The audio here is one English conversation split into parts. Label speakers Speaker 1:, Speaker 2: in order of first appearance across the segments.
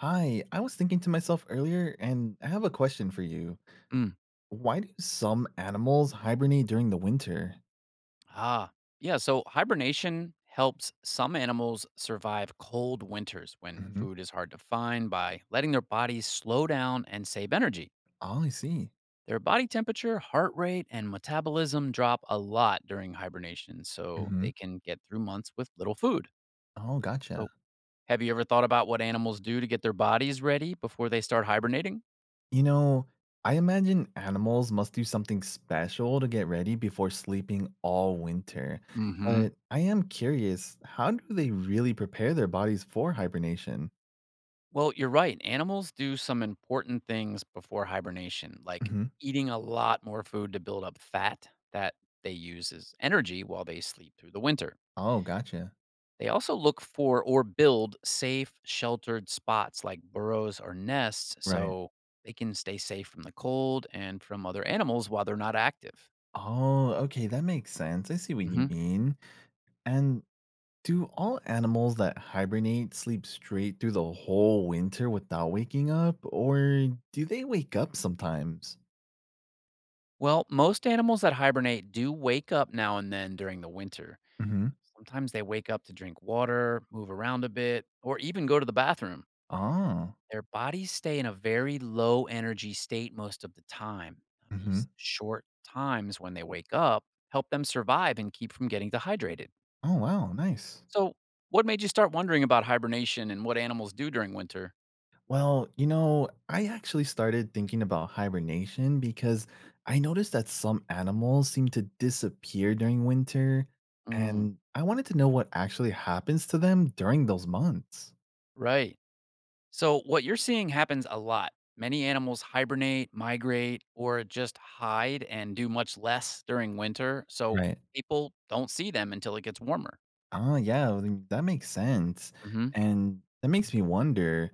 Speaker 1: Hi, I was thinking to myself earlier, and I have a question for you.
Speaker 2: Mm.
Speaker 1: Why do some animals hibernate during the winter?
Speaker 2: Ah, yeah. So hibernation helps some animals survive cold winters when
Speaker 1: Hmm.
Speaker 2: food is hard to find by letting their bodies slow down and save energy.
Speaker 1: Oh, I see.
Speaker 2: Their body temperature, heart rate, and metabolism drop a lot during hibernation, so
Speaker 1: Hmm.
Speaker 2: they can get through months with little food.
Speaker 1: Oh, gotcha.
Speaker 2: So, have you ever thought about what animals do to get their bodies ready before they start hibernating?
Speaker 1: You know, I imagine animals must do something special to get ready before sleeping all winter.
Speaker 2: Mm hmm.
Speaker 1: But I am curious, how do they really prepare their bodies for hibernation?
Speaker 2: Well, you're right. Animals do some important things before hibernation, like
Speaker 1: Hmm.
Speaker 2: eating a lot more food to build up fat that they use as energy while they sleep through the winter.
Speaker 1: Oh, gotcha.
Speaker 2: They also look for or build safe, sheltered spots like burrows or nests
Speaker 1: Right.
Speaker 2: so they can stay safe from the cold and from other animals while they're not active.
Speaker 1: Oh, okay. That makes sense. I see what you
Speaker 2: Mhm.
Speaker 1: mean. And do all animals that hibernate sleep straight through the whole winter without waking up, or do they wake up sometimes?
Speaker 2: Well, most animals that hibernate do wake up now and then during the winter.
Speaker 1: Hmm.
Speaker 2: Sometimes they wake up to drink water, move around a bit, or even go to the bathroom.
Speaker 1: Ah.
Speaker 2: Their bodies stay in a very low energy state most of the time. Now, these
Speaker 1: Hmm.
Speaker 2: short times when they wake up help them survive and keep from getting dehydrated.
Speaker 1: Oh, wow, nice.
Speaker 2: So, what made you start wondering about hibernation and what animals do during winter?
Speaker 1: Well, I actually started thinking about hibernation because I noticed that some animals seem to disappear during winter,
Speaker 2: Mm,
Speaker 1: and I wanted to know what actually happens to them during those months.
Speaker 2: right. So, what you're seeing happens a lot. Many animals hibernate, migrate, or just hide and do much less during winter. So,
Speaker 1: Right.
Speaker 2: people don't see them until it gets warmer.
Speaker 1: Oh, yeah, well, then that makes sense,
Speaker 2: Mhm.
Speaker 1: and that makes me wonder,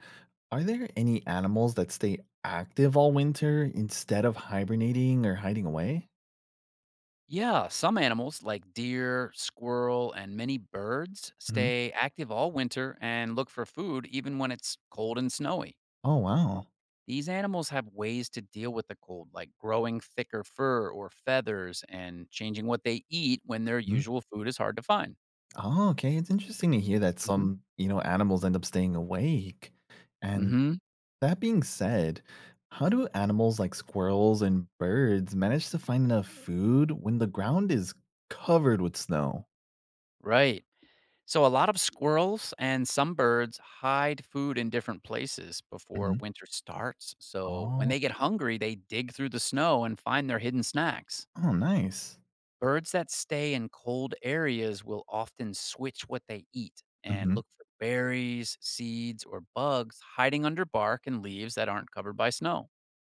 Speaker 1: are there any animals that stay active all winter instead of hibernating or hiding away?
Speaker 2: Yeah, some animals like deer, squirrel, and many birds
Speaker 1: Mhm.
Speaker 2: stay active all winter and look for food even when it's cold and snowy.
Speaker 1: Oh,
Speaker 2: Now,
Speaker 1: wow.
Speaker 2: these animals have ways to deal with the cold, like growing thicker fur or feathers and changing what they eat when their
Speaker 1: Mhm.
Speaker 2: usual food is hard to find.
Speaker 1: Oh, okay, it's interesting to hear that
Speaker 2: Hmm.
Speaker 1: some animals end up staying awake, and
Speaker 2: Hmm.
Speaker 1: that being said, how do animals like squirrels and birds manage to find enough food when the ground is covered with snow?
Speaker 2: Right. So, a lot of squirrels and some birds hide food in different places before
Speaker 1: Mhm.
Speaker 2: winter starts. So, when
Speaker 1: Oh,
Speaker 2: they get hungry, they dig through the snow and find their hidden snacks.
Speaker 1: oh, nice.
Speaker 2: Birds that stay in cold areas will often switch what they eat and
Speaker 1: Mhm.
Speaker 2: look for berries, seeds, or bugs hiding under bark and leaves that aren't covered by snow.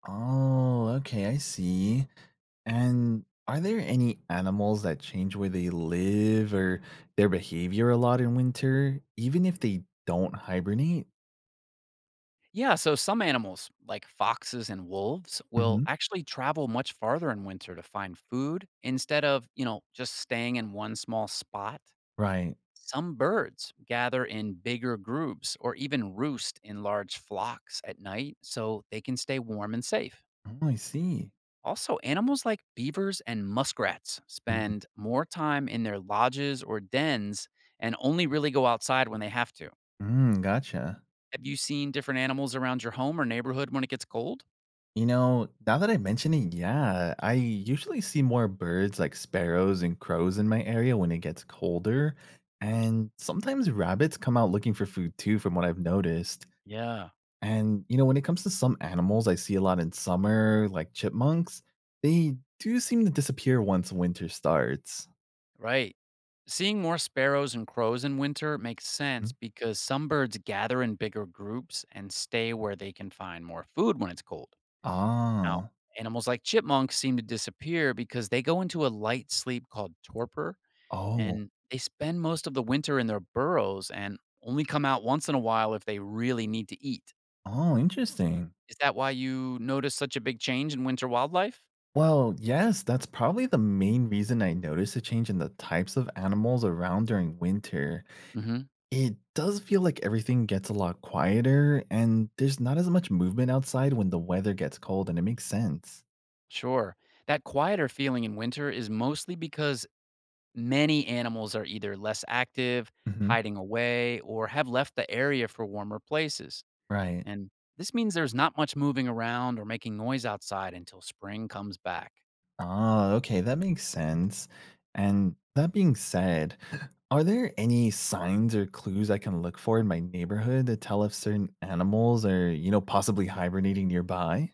Speaker 1: Oh, okay, I see. And are there any animals that change where they live or their behavior a lot in winter, even if they don't hibernate?
Speaker 2: Yeah, so some animals, like foxes and wolves, will
Speaker 1: Hmm.
Speaker 2: actually travel much farther in winter to find food instead of, just staying in one small spot.
Speaker 1: Right.
Speaker 2: Some birds gather in bigger groups or even roost in large flocks at night so they can stay warm and safe.
Speaker 1: Oh, I see.
Speaker 2: Also, animals like beavers and muskrats
Speaker 1: Mhm.
Speaker 2: spend more time in their lodges or dens and only really go outside when they have to.
Speaker 1: Mm, gotcha.
Speaker 2: Have you seen different animals around your home or neighborhood when it gets cold?
Speaker 1: Now that I mention it, yeah, I usually see more birds like sparrows and crows in my area when it gets colder. And sometimes rabbits come out looking for food too, from what I've noticed.
Speaker 2: Yeah.
Speaker 1: And when it comes to some animals I see a lot in summer, like chipmunks, they do seem to disappear once winter starts.
Speaker 2: Right. Seeing more sparrows and crows in winter makes sense
Speaker 1: Mhm.
Speaker 2: because some birds gather in bigger groups and stay where they can find more food when it's cold. Now,
Speaker 1: Ah.
Speaker 2: animals like chipmunks seem to disappear because they go into a light sleep called torpor
Speaker 1: Oh,
Speaker 2: and they spend most of the winter in their burrows and only come out once in a while if they really need to eat.
Speaker 1: oh, interesting.
Speaker 2: Is that why you notice such a big change in winter wildlife?
Speaker 1: Well, yes, that's probably the main reason I noticed a change in the types of animals around during winter.
Speaker 2: Hmm.
Speaker 1: It does feel like everything gets a lot quieter and there's not as much movement outside when the weather gets cold, and it makes sense.
Speaker 2: Sure. That quieter feeling in winter is mostly because many animals are either less active,
Speaker 1: Hmm.
Speaker 2: hiding away, or have left the area for warmer places.
Speaker 1: Right.
Speaker 2: And this means there's not much moving around or making noise outside until spring comes back.
Speaker 1: Ah, okay, that makes sense. And that being said, are there any signs or clues I can look for in my neighborhood to tell if certain animals are possibly hibernating nearby?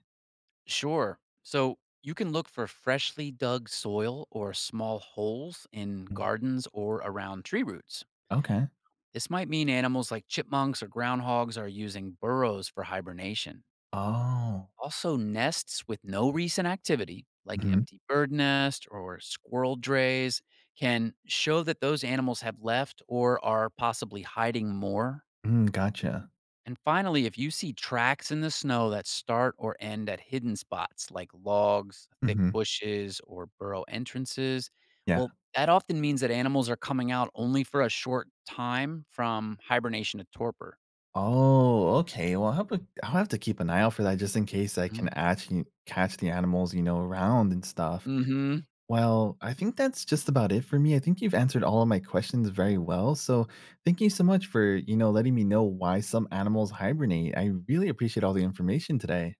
Speaker 2: Sure. So you can look for freshly dug soil or small holes in
Speaker 1: Mhm.
Speaker 2: gardens or around tree roots.
Speaker 1: Okay.
Speaker 2: This might mean animals like chipmunks or groundhogs are using burrows for hibernation.
Speaker 1: Oh.
Speaker 2: Also, nests with no recent activity, like
Speaker 1: Hmm.
Speaker 2: empty bird nest or squirrel drays, can show that those animals have left or are possibly hiding more.
Speaker 1: Mm, gotcha.
Speaker 2: And finally, if you see tracks in the snow that start or end at hidden spots like logs, thick
Speaker 1: Hmm.
Speaker 2: bushes, or burrow entrances,
Speaker 1: Yeah.
Speaker 2: well, that often means that animals are coming out only for a short time from hibernation to torpor.
Speaker 1: Oh, okay. Well, I'll have to keep an eye out for that just in case I can actually catch the animals around and stuff.
Speaker 2: Mm hmm.
Speaker 1: Well, I think that's just about it for me. I think you've answered all of my questions very well. So, thank you so much for letting me know why some animals hibernate. I really appreciate all the information today.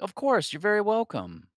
Speaker 2: Of course, you're very welcome.